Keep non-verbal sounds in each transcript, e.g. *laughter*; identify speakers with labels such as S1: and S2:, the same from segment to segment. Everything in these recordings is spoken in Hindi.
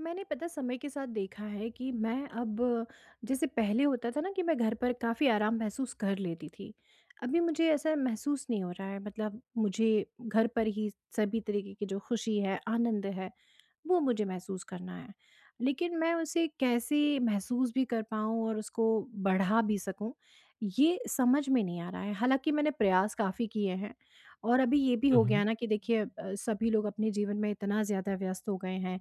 S1: मैंने पता समय के साथ देखा है कि मैं अब जैसे पहले होता था ना कि मैं घर पर काफ़ी आराम महसूस कर लेती थी। अभी मुझे ऐसा महसूस नहीं हो रहा है, मतलब मुझे घर पर ही सभी तरीके की जो खुशी है, आनंद है, वो मुझे महसूस करना है। लेकिन मैं उसे कैसे महसूस भी कर पाऊँ और उसको बढ़ा भी सकूँ, ये समझ में नहीं आ रहा है। हालांकि मैंने प्रयास काफ़ी किए हैं। और अभी ये भी
S2: हुँ,
S1: हो गया
S2: हुँ।
S1: ना कि देखिए, सभी लोग अपने जीवन में इतना ज़्यादा व्यस्त हो गए हैं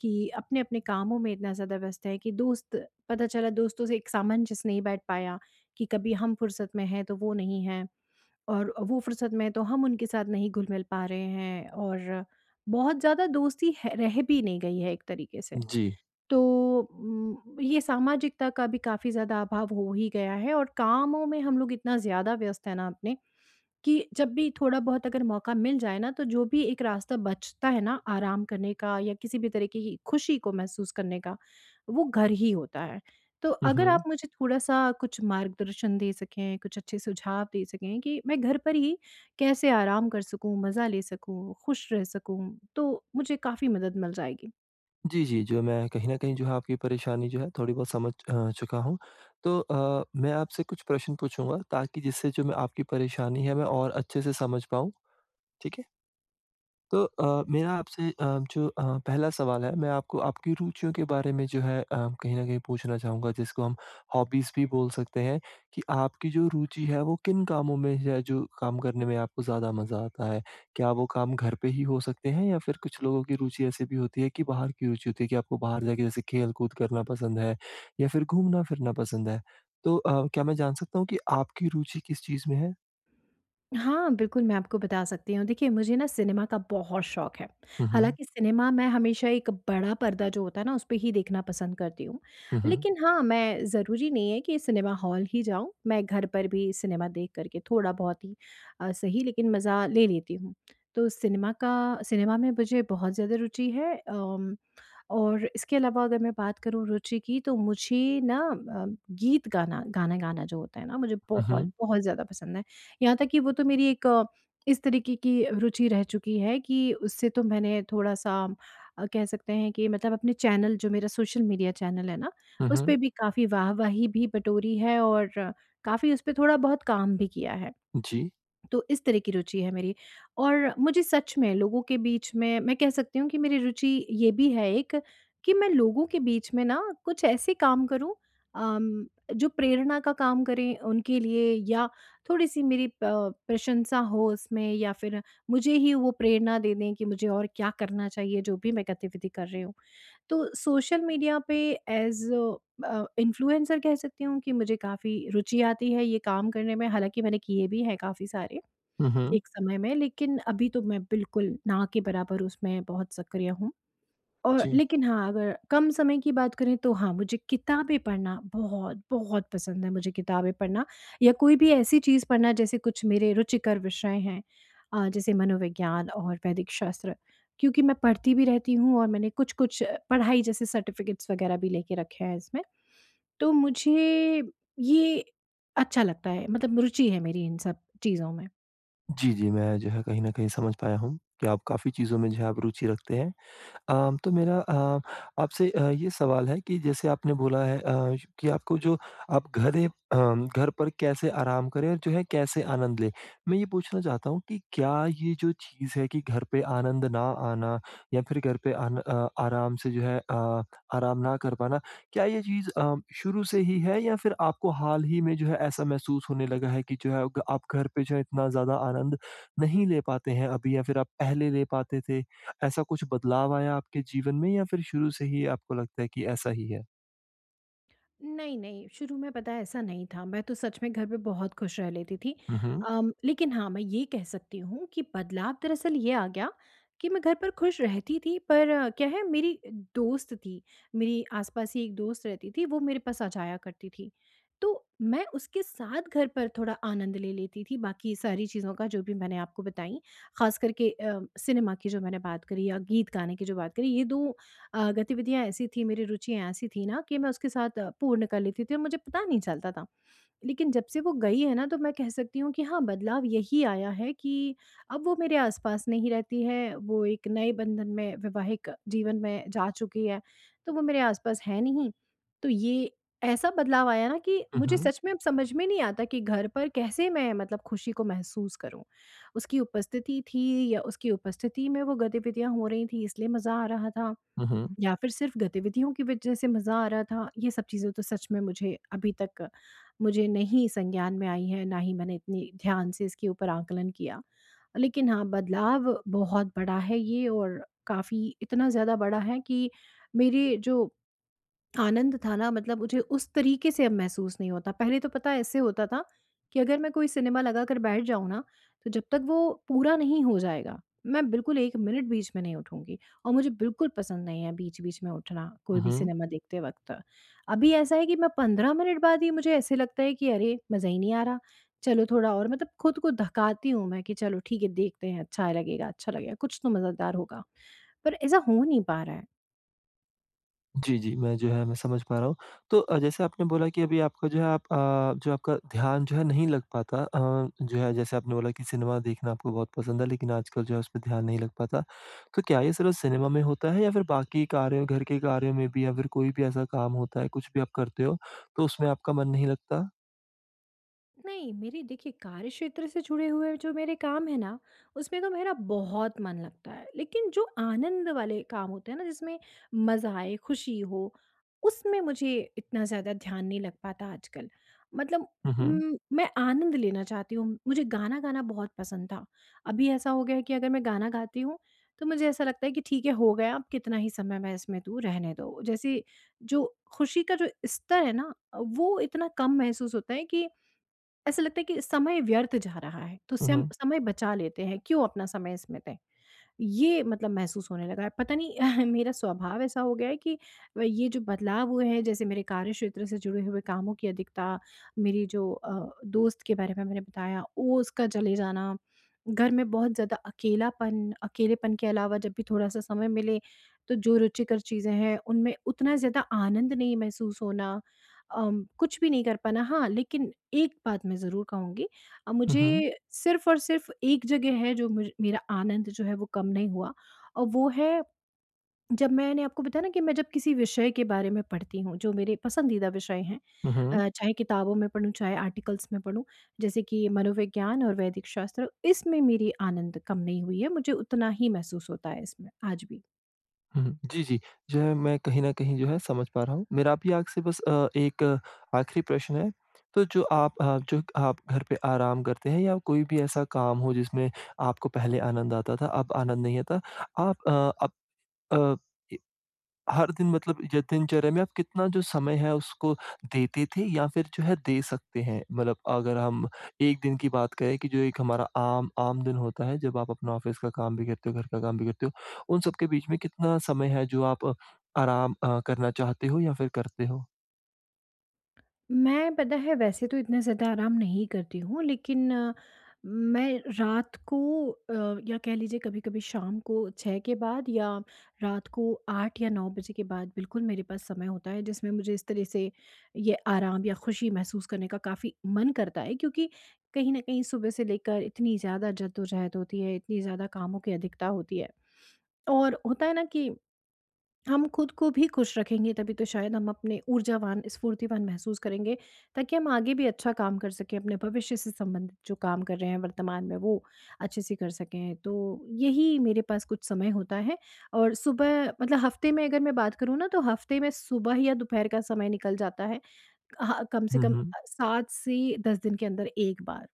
S1: कि अपने-अपने कामों में इतना ज़्यादा व्यस्त है कि दोस्त, पता चला दोस्तों से एक सामंजस्य नहीं बैठ पाया। कि कभी हम फ़ुर्सत में हैं तो वो नहीं हैं, और वो फ़ुर्सत में हैं तो हम उनके साथ नहीं घुल-मिल पा रहे हैं, और बहुत ज़्यादा दोस्ती है रह भी नहीं गई है एक तरीके से।
S2: जी।
S1: तो ये सामाजिकता का भी काफ़ी ज़्यादा अभाव हो ही गया है, और कामों में हम लोग इतना ज़्यादा व्यस्त हैं ना अपने, कि जब भी थोड़ा बहुत अगर मौका मिल जाए ना, तो जो भी एक रास्ता बचता है ना आराम करने का या किसी भी तरीके की खुशी को महसूस करने का, वो घर ही होता है। तो
S2: हुँ,
S1: अगर आप
S2: हुँ।
S1: मुझे थोड़ा-सा कुछ मार्गदर्शन दे सकें, कुछ अच्छे सुझाव दे सकें कि मैं घर पर ही कैसे आराम कर सकूँ, मज़ा ले सकूँ, खुश रह सकूँ, तो मुझे काफ़ी मदद मिल जाएगी।
S2: जी, जी, जो मैं कहीं न कहीं जो है आपकी परेशानी जो है थोड़ी बहुत समझ चुका हूँ। तो मैं आपसे कुछ प्रश्न पूछूँगा ताकि जिससे जो मैं आपकी परेशानी है मैं और अच्छे से समझ पाऊँ, ठीक है? तो मेरा आपसे जो पहला सवाल है मैं आपको आपकी रुचियों के बारे में जो है कहीं न कहीं पूछना चाहूँगा जिसको हम हॉबीज़ भी बोल सकते हैं, कि आपकी जो रुचि है वो किन कामों में है जो काम करने में आपको ज़्यादा मज़ा आता है? क्या वो काम घर पे ही हो सकते हैं या फिर कुछ लोगों की रुचि ऐसी भी होती है कि बाहर की रुचि होती है कि आपको बाहर जाके जैसे खेल-कूद करना पसंद है या फिर घूमना-फिरना पसंद है? तो क्या मैं जान सकता हूँ कि आपकी रुचि किस चीज़ में है?
S1: हाँ, बिल्कुल, मैं आपको बता सकती हूँ। देखिए, मुझे ना सिनेमा का बहुत शौक है।
S2: हुँ, हुँ।
S1: हालाँकि सिनेमा मैं हमेशा एक बड़ा पर्दा जो होता है ना, उसपे ही देखना पसंद करती हूँ।
S2: हुँ, हुँ।
S1: लेकिन हाँ, मैं ज़रूरी नहीं है कि सिनेमा हॉल ही जाऊँ, मैं घर पर भी सिनेमा देख कर के थोड़ा बहुत ही सही लेकिन मज़ा ले लेती हूँ। तो सिनेमा का सिनेमा में मुझे बहुत ज़्यादा रुचि है। अम और इसके अलावा अगर मैं बात करूँ रुचि की तो मुझे ना गीत गाना गाना गाना जो होता है ना मुझे
S2: हुँ,
S1: बहुत
S2: हुँ।
S1: बहुत ज़्यादा पसंद है। यहाँ तक कि वो तो मेरी एक इस तरीके की रुचि रह चुकी है कि उससे तो मैंने थोड़ा-सा कह सकते हैं कि मतलब अपने चैनल जो मेरा सोशल मीडिया चैनल है ना,
S2: हुँ,
S1: उस
S2: हुँ।
S1: पे भी काफ़ी वाह-वाही भी बटोरी है और काफ़ी उस पे थोड़ा बहुत काम भी किया है।
S2: जी।
S1: तो इस तरह की रुचि है मेरी। और मुझे सच में लोगों के बीच में, मैं कह सकती हूँ कि मेरी रुचि ये भी है एक, कि मैं लोगों के बीच में ना कुछ ऐसे काम करूँ अम, जो प्रेरणा का काम करें उनके लिए, या थोड़ी सी मेरी प्रशंसा हो उसमें, या फिर मुझे ही वो प्रेरणा दे दें कि मुझे और क्या करना चाहिए जो भी मैं गतिविधि कर रही हूँ। तो सोशल मीडिया पे एज इन्फ्लुएंसर कह सकती हूँ कि मुझे काफ़ी रुचि आती है ये काम करने में। हालांकि मैंने किए भी हैं काफ़ी सारे
S2: हुँ, हुँ।
S1: एक समय में, लेकिन अभी तो मैं बिल्कुल ना के बराबर उसमें बहुत सक्रिय हूँ। और
S2: जी।
S1: लेकिन हाँ, अगर कम समय की बात करें तो हाँ, मुझे किताबें पढ़ना बहुत, बहुत पसंद है। मुझे किताबें पढ़ना या कोई भी ऐसी चीज़ पढ़ना जैसे कुछ मेरे रुचिकर विषय हैं, जैसे मनोविज्ञान और वैदिक शास्त्र। क्योंकि मैं पढ़ती भी रहती हूँ और मैंने कुछ-कुछ पढ़ाई जैसे सर्टिफ़िकेट्स वगैरह भी लेके रखे हैं इसमें। तो मुझे ये अच्छा लगता है, मतलब रुचि है मेरी इन सब चीज़ों में।
S2: जी, जी, मैं जो है कहीं न कहीं समझ पाया हूँ कि आप काफ़ी चीज़ों में जो है आप रुचि रखते हैं। तो मेरा आपसे ये सवाल है कि जैसे आपने बोला है कि आपको जो आप घरे घर पर कैसे आराम करें और जो है कैसे आनंद लें? मैं ये पूछना चाहता हूँ कि क्या ये जो चीज़ है कि घर पे आनंद ना आना या फिर घर पे आराम से जो है आराम ना कर पाना, क्या ये चीज़ शुरू से ही है या फिर आपको हाल ही में जो है ऐसा महसूस होने लगा है कि जो है ग आप घर पे जो है इतना ज़्यादा आनंद नहीं ले पाते हैं अभी या फिर आप पहले ले पाते थे? ऐसा कुछ बदलाव आया आपके जीवन में या फिर शुरू से ही आपको लगता है कि ऐसा ही है?
S1: नहीं, नहीं, शुरू में पता है ऐसा नहीं था, मैं तो सच में घर पे बहुत खुश रह लेती थी।
S2: हुँ, हुँ।
S1: लेकिन हाँ, मैं ये कह सकती हूँ कि बदलाव दरअसल ये आ गया कि मैं घर पर खुश रहती थी, पर क्या है मेरी दोस्त थी, मेरी आस-पास ही एक दोस्त रहती थी, वो मेरे पास आ जाया करती थी। तो मैं उसके साथ घर पर थोड़ा आनंद ले लेती थी, बाकी सारी चीज़ों का जो भी मैंने आपको बताई, ख़ास करके सिनेमा की जो मैंने बात करी या गीत गाने की जो बात करी, ये 2 गतिविधियाँ ऐसी थी, मेरी रुचियाँ ऐसी थी ना कि मैं उसके साथ पूर्ण कर लेती थी और मुझे पता नहीं चलता था। लेकिन जब से वो गई है ना तो मैं कह सकती हूँ कि हाँ, बदलाव यही आया है कि अब वो मेरे आस-पास नहीं रहती है, वो एक नए बंधन में वैवाहिक जीवन में जा चुकी है, तो वो मेरे आस-पास है नहीं। तो ये ऐसा बदलाव आया ना कि
S2: हुँ,
S1: मुझे
S2: हुँ।
S1: सच में अब समझ में नहीं आता कि घर पर कैसे मैं मतलब खुशी को महसूस करूँ। उसकी उपस्थिति थी या उसकी उपस्थिति में वो गतिविधियाँ हो रही थी इसलिए मज़ा आ रहा था,
S2: हुँ, हुँ।
S1: या फिर सिर्फ़ गतिविधियों की वजह से मज़ा आ रहा था, ये सब चीज़ें तो सच में मुझे अभी तक मुझे नहीं संज्ञान में आई हैं, ना ही मैंने इतनी ध्यान से इसके ऊपर आकलन किया। लेकिन हाँ, बदलाव बहुत बड़ा है ये, और काफ़ी इतना ज़्यादा बड़ा है कि मेरे जो आनंद था ना, मतलब मुझे उस तरीके से अब महसूस नहीं होता। पहले तो पता है ऐसे होता था कि अगर मैं कोई सिनेमा लगा कर बैठ जाऊँ ना, तो जब तक वो पूरा नहीं हो जाएगा, मैं बिल्कुल 1 मिनट बीच में नहीं उठूँगी, और मुझे बिल्कुल पसंद नहीं है बीच-बीच में उठना, कोई
S2: हुँ,
S1: भी
S2: हुँ।
S1: सिनेमा देखते वक़्त। अभी ऐसा है कि मैं 15 मिनट बाद ही मुझे ऐसे लगता है कि अरे! मज़ा ही नहीं आ रहा, चलो थोड़ा और मतलब खुद को धकाती हूँ मैं कि चलो ठीक है देखते हैं, अच्छा लगेगा, कुछ तो मज़ेदार होगा। पर ऐसा हो नहीं पा रहा है।
S2: जी, जी, मैं जो है मैं समझ पा रहा हूँ। तो जैसे आपने बोला कि अभी आपका जो है आप जो आपका ध्यान जो है नहीं लग पाता जो है जैसे आपने बोला कि सिनेमा देखना आपको बहुत पसंद है लेकिन आजकल जो है उसमें ध्यान नहीं लग पाता। तो क्या ये सिर्फ़ सिनेमा में होता है या फिर बाकी कार्यों घर के कार्यों में भी या फिर कोई भी ऐसा काम होता है, कुछ भी आप करते हो, तो उसमें आपका मन नहीं लगता?
S1: नहीं, मेरी देखिए कार्य क्षेत्र से जुड़े हुए जो मेरे काम है ना, उसमें तो मेरा बहुत मन लगता है। लेकिन जो आनंद वाले काम होते हैं ना जिसमें मज़ा आए, खुशी हो, उसमें मुझे इतना ज़्यादा ध्यान नहीं लग पाता आजकल। मतलब
S2: हुँ, हुँ।
S1: मैं आनंद लेना चाहती हूँ। मुझे गाना गाना बहुत पसंद था। अभी ऐसा हो गया है कि अगर मैं गाना गाती हूँ, तो मुझे ऐसा लगता है कि ठीक है हो गया, अब कितना ही समय मैं इसमें दूँ, रहने दो। जैसे जो खुशी का जो स्तर है ना, वो इतना कम महसूस होता है कि ऐसा लगता है कि समय व्यर्थ जा रहा है, तो
S2: हुँ,
S1: सम
S2: हुँ।
S1: समय बचा लेते हैं, क्यों अपना समय इसमें दें? ये मतलब महसूस होने लगा है। पता नहीं *laughs* मेरा स्वभाव ऐसा हो गया है कि ये जो बदलाव हुए हैं जैसे मेरे कार्यक्षेत्र से जुड़े हुए कामों की अधिकता, मेरी जो दोस्त के बारे में मैंने बताया, वो उसका चले जाना, घर में बहुत ज़्यादा अकेलापन, अकेलेपन के अलावा जब भी थोड़ा-सा समय मिले तो जो रुचिकर चीज़ें हैं उनमें उतना ज़्यादा आनंद नहीं महसूस होना, कुछ भी नहीं कर पाना। हाँ, लेकिन एक बात मैं ज़रूर कहूँगी,
S2: हुँ, हुँ।
S1: मुझे सिर्फ़ और सिर्फ़ एक जगह है जो मुझ मेरा आनंद जो है वो कम नहीं हुआ, और वो है जब मैंने आपको बताया ना कि मैं जब किसी विषय के बारे में पढ़ती हूँ जो मेरे पसंदीदा विषय हैं,
S2: हुँ, हुँ।
S1: चाहे किताबों में पढूँ, चाहे आर्टिकल्स में पढूँ, जैसे कि मनोविज्ञान और वैदिक शास्त्र, इसमें मेरी आनंद कम नहीं हुई है, मुझे उतना ही महसूस होता है इसमें आज भी।
S2: हुँ, जी, जी। जो है मैं कहीं न कहीं जो है समझ पा रहा हूँ। मेरा भी आपसे बस एक आखिरी प्रश्न है। तो जो आप जो आप घर पे आराम करते हैं या कोई भी ऐसा काम हो जिसमें आपको पहले आनंद आता था, अब आनंद नहीं आता, आप अब अ हर दिन मतलब ज दिनचर्या में आप कितना जो समय है उसको देते थे या फिर जो है दे सकते हैं? मतलब अगर हम 1 दिन की बात करें कि जो एक हमारा आम आम दिन होता है जब आप अपना ऑफ़िस का काम भी करते हो, घर का काम भी करते हो, उन सब के बीच में कितना समय है जो आप करना चाहते हो या फिर करते हो?
S1: मैं पता है वैसे तो इतना ज़्यादा आराम नहीं करती हूँ, लेकिन मैं रात को अ, या कह लीजिए कभी-कभी शाम को 6 के बाद या रात को 8 या 9 बजे के बाद बिल्कुल मेरे पास समय होता है जिसमें मुझे इस तरह से ये आराम या खुशी महसूस करने का काफ़ी मन करता है, क्योंकि कहीं न कहीं सुबह से लेकर इतनी ज़्यादा जद्दोजहद होती है, इतनी ज़्यादा कामों की अधिकता होती है। और होता है ना कि हम खुद को भी खुश रखेंगे तभी तो शायद हम अपने ऊर्जावान, स्फूर्तिवान महसूस करेंगे, ताकि हम आगे भी अच्छा काम कर सकें, अपने भविष्य से संबंधित जो काम कर रहे हैं वर्तमान में वो अच्छे से कर सकें। तो यही मेरे पास कुछ समय होता है। और सुबह, मतलब हफ़्ते में अगर मैं बात करूँ ना, तो हफ़्ते में सुबह या दोपहर का समय निकल जाता है। हाँ, कम से
S2: हुँ,
S1: कम
S2: हुँ।
S1: 7 से 10 दिन के अंदर 1 बार।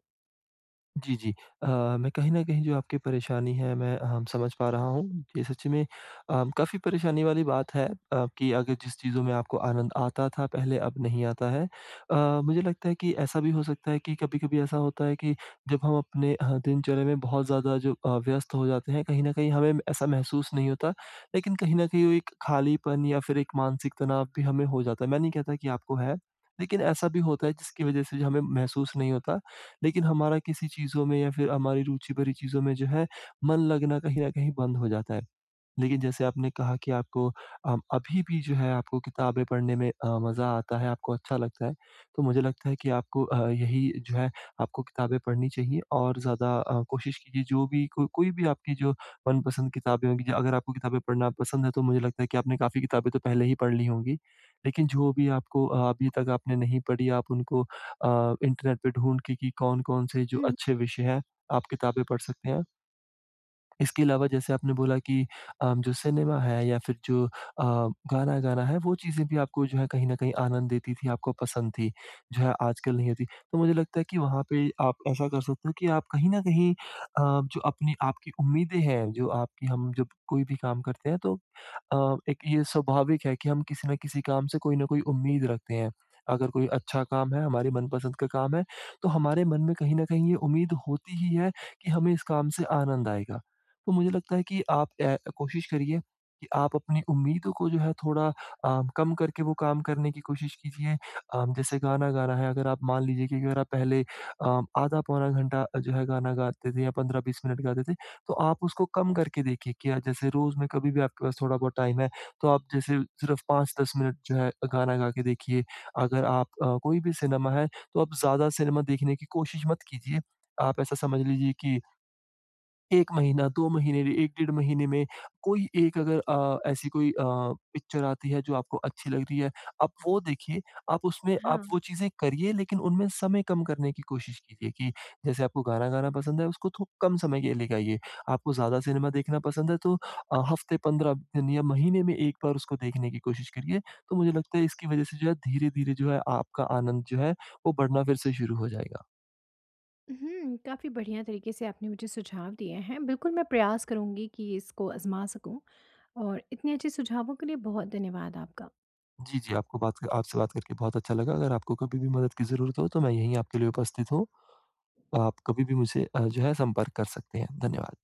S2: जी, जी। अ, मैं कहीं न कहीं जो आपकी परेशानी है मैं समझ पा रहा हूँ। ये सच में काफ़ी परेशानी वाली बात है कि अगर जिस चीज़ों में आपको आनंद आता था पहले अब नहीं आता है। अ, मुझे लगता है कि ऐसा भी हो सकता है कि कभी-कभी ऐसा होता है कि जब हम अपने दिनचर्या में बहुत ज़्यादा जो व्यस्त हो जाते हैं कहीं न कहीं हमें ऐसा महसूस नहीं होता। लेकिन कहीं न कहीं वो एक खालीपन या फिर एक मानसिक तनाव भी हमें हो जाता है। मैं नहीं कहता कि आपको है, लेकिन ऐसा भी होता है जिसकी वज़ह से जो हमें महसूस नहीं होता। लेकिन हमारा किसी चीज़ों में या फिर हमारी रुचि भरी चीज़ों में जो है मन लगना कहीं न कहीं बंद हो जाता है। लेकिन जैसे आपने कहा कि आपको अभी भी जो है आपको किताबें पढ़ने में मज़ा आता है, आपको अच्छा लगता है। तो मुझे लगता है कि आपको यही जो है आपको किताबें पढ़नी चाहिए और ज़्यादा कोशिश कीजिए जो भी को कोई भी आपकी जो मनपसंद किताबें होंगी ज अगर आपको किताबें पढ़ना पसंद है तो मुझे लगता है कि आपने काफ़ी किताबें तो पहले ही पढ़ ली होंगी। लेकिन जो भी आपको अभी तक आपने नहीं पढ़ी आप उनको इंटरनेट पे ढूँढ के कि कौन-कौन से जो
S1: हुँ।
S2: अच्छे विषय हैं, आप किताबें पढ़ सकते हैं। इसके अलावा जैसे आपने बोला कि जो सिनेमा है या फिर जो गाना गाना है वो चीज़ें भी आपको जो है कहीं न कहीं आनंद देती थी, आपको पसंद थी, जो है आजकल नहीं होती। तो मुझे लगता है कि वहाँ पे आप ऐसा कर सकते हो कि आप कहीं न कहीं जो अपनी आपकी उम्मीदें हैं, जो आपकी हम जब कोई भी काम करते हैं तो एक ये स्वाभाविक है कि हम किसी न किसी काम से कोई न कोई उम्मीद रखते हैं। अगर कोई अच्छा काम है, हमारे मनपसंद का काम है, तो हमारे मन में कहीं न कहीं ये उम्मीद होती ही है कि हमें इस काम से आनंद आएगा। तो मुझे लगता है कि आप कोशिश करिए कि आप अपनी उम्मीदों को जो है थोड़ा कम करके वो काम करने की कोशिश कीजिए। जैसे गाना गाना है अगर आप मान लीजिए कि अगर आप पहले आधा पौना घंटा जो है गाना गाते थे या 15-20 मिनट गाते थे, तो आप उसको कम करके देखिए कि आज जैसे रोज़ में कभी भी आपके पास थोड़ा बहुत टाइम है, तो आप जैसे सिर्फ़ 5-10 मिनट जो है गाना गा के देखिए। अगर आप कोई भी सिनेमा है, तो आप ज़्यादा सिनेमा देखने की कोशिश मत कीजिए। आप ऐसा समझ लीजिए कि 1 महीना, 2 महीने, 1 डेढ़ महीने में कोई एक अगर ऐसी कोई पिक्चर आती है जो आपको अच्छी लग रही है, आप वो देखिए, आप उसमें आप
S1: हाँ।
S2: वो चीज़ें करिए लेकिन उनमें समय कम करने की कोशिश कीजिए कि जैसे आपको गाना गाना पसंद है उसको थो कम समय के लिए गाइए। आपको ज़्यादा सिनेमा देखना पसंद है तो हफ़्ते 15 दिन या महीने में 1 बार उसको देखने की कोशिश करिए। तो मुझे लगता है इसकी वज़ह से जो है धीरे-धीरे जो है आपका आनंद जो है वो बढ़ना फिर से शुरू हो जाएगा।
S1: हुँ, काफ़ी बढ़िया तरीके से आपने मुझे सुझाव दिए हैं। बिल्कुल मैं प्रयास करूँगी कि इसको आज़मा सकूँ। और इतने अच्छे सुझावों के लिए बहुत धन्यवाद आपका
S2: जी, जी, आपको बात क आपसे बात करके बहुत अच्छा लगा। अगर आपको कभी भी मदद की ज़रूरत हो तो मैं यहीं आपके लिए उपस्थित हूँ। आप कभी भी मुझसे जो है संपर्क कर सकते हैं। धन्यवाद।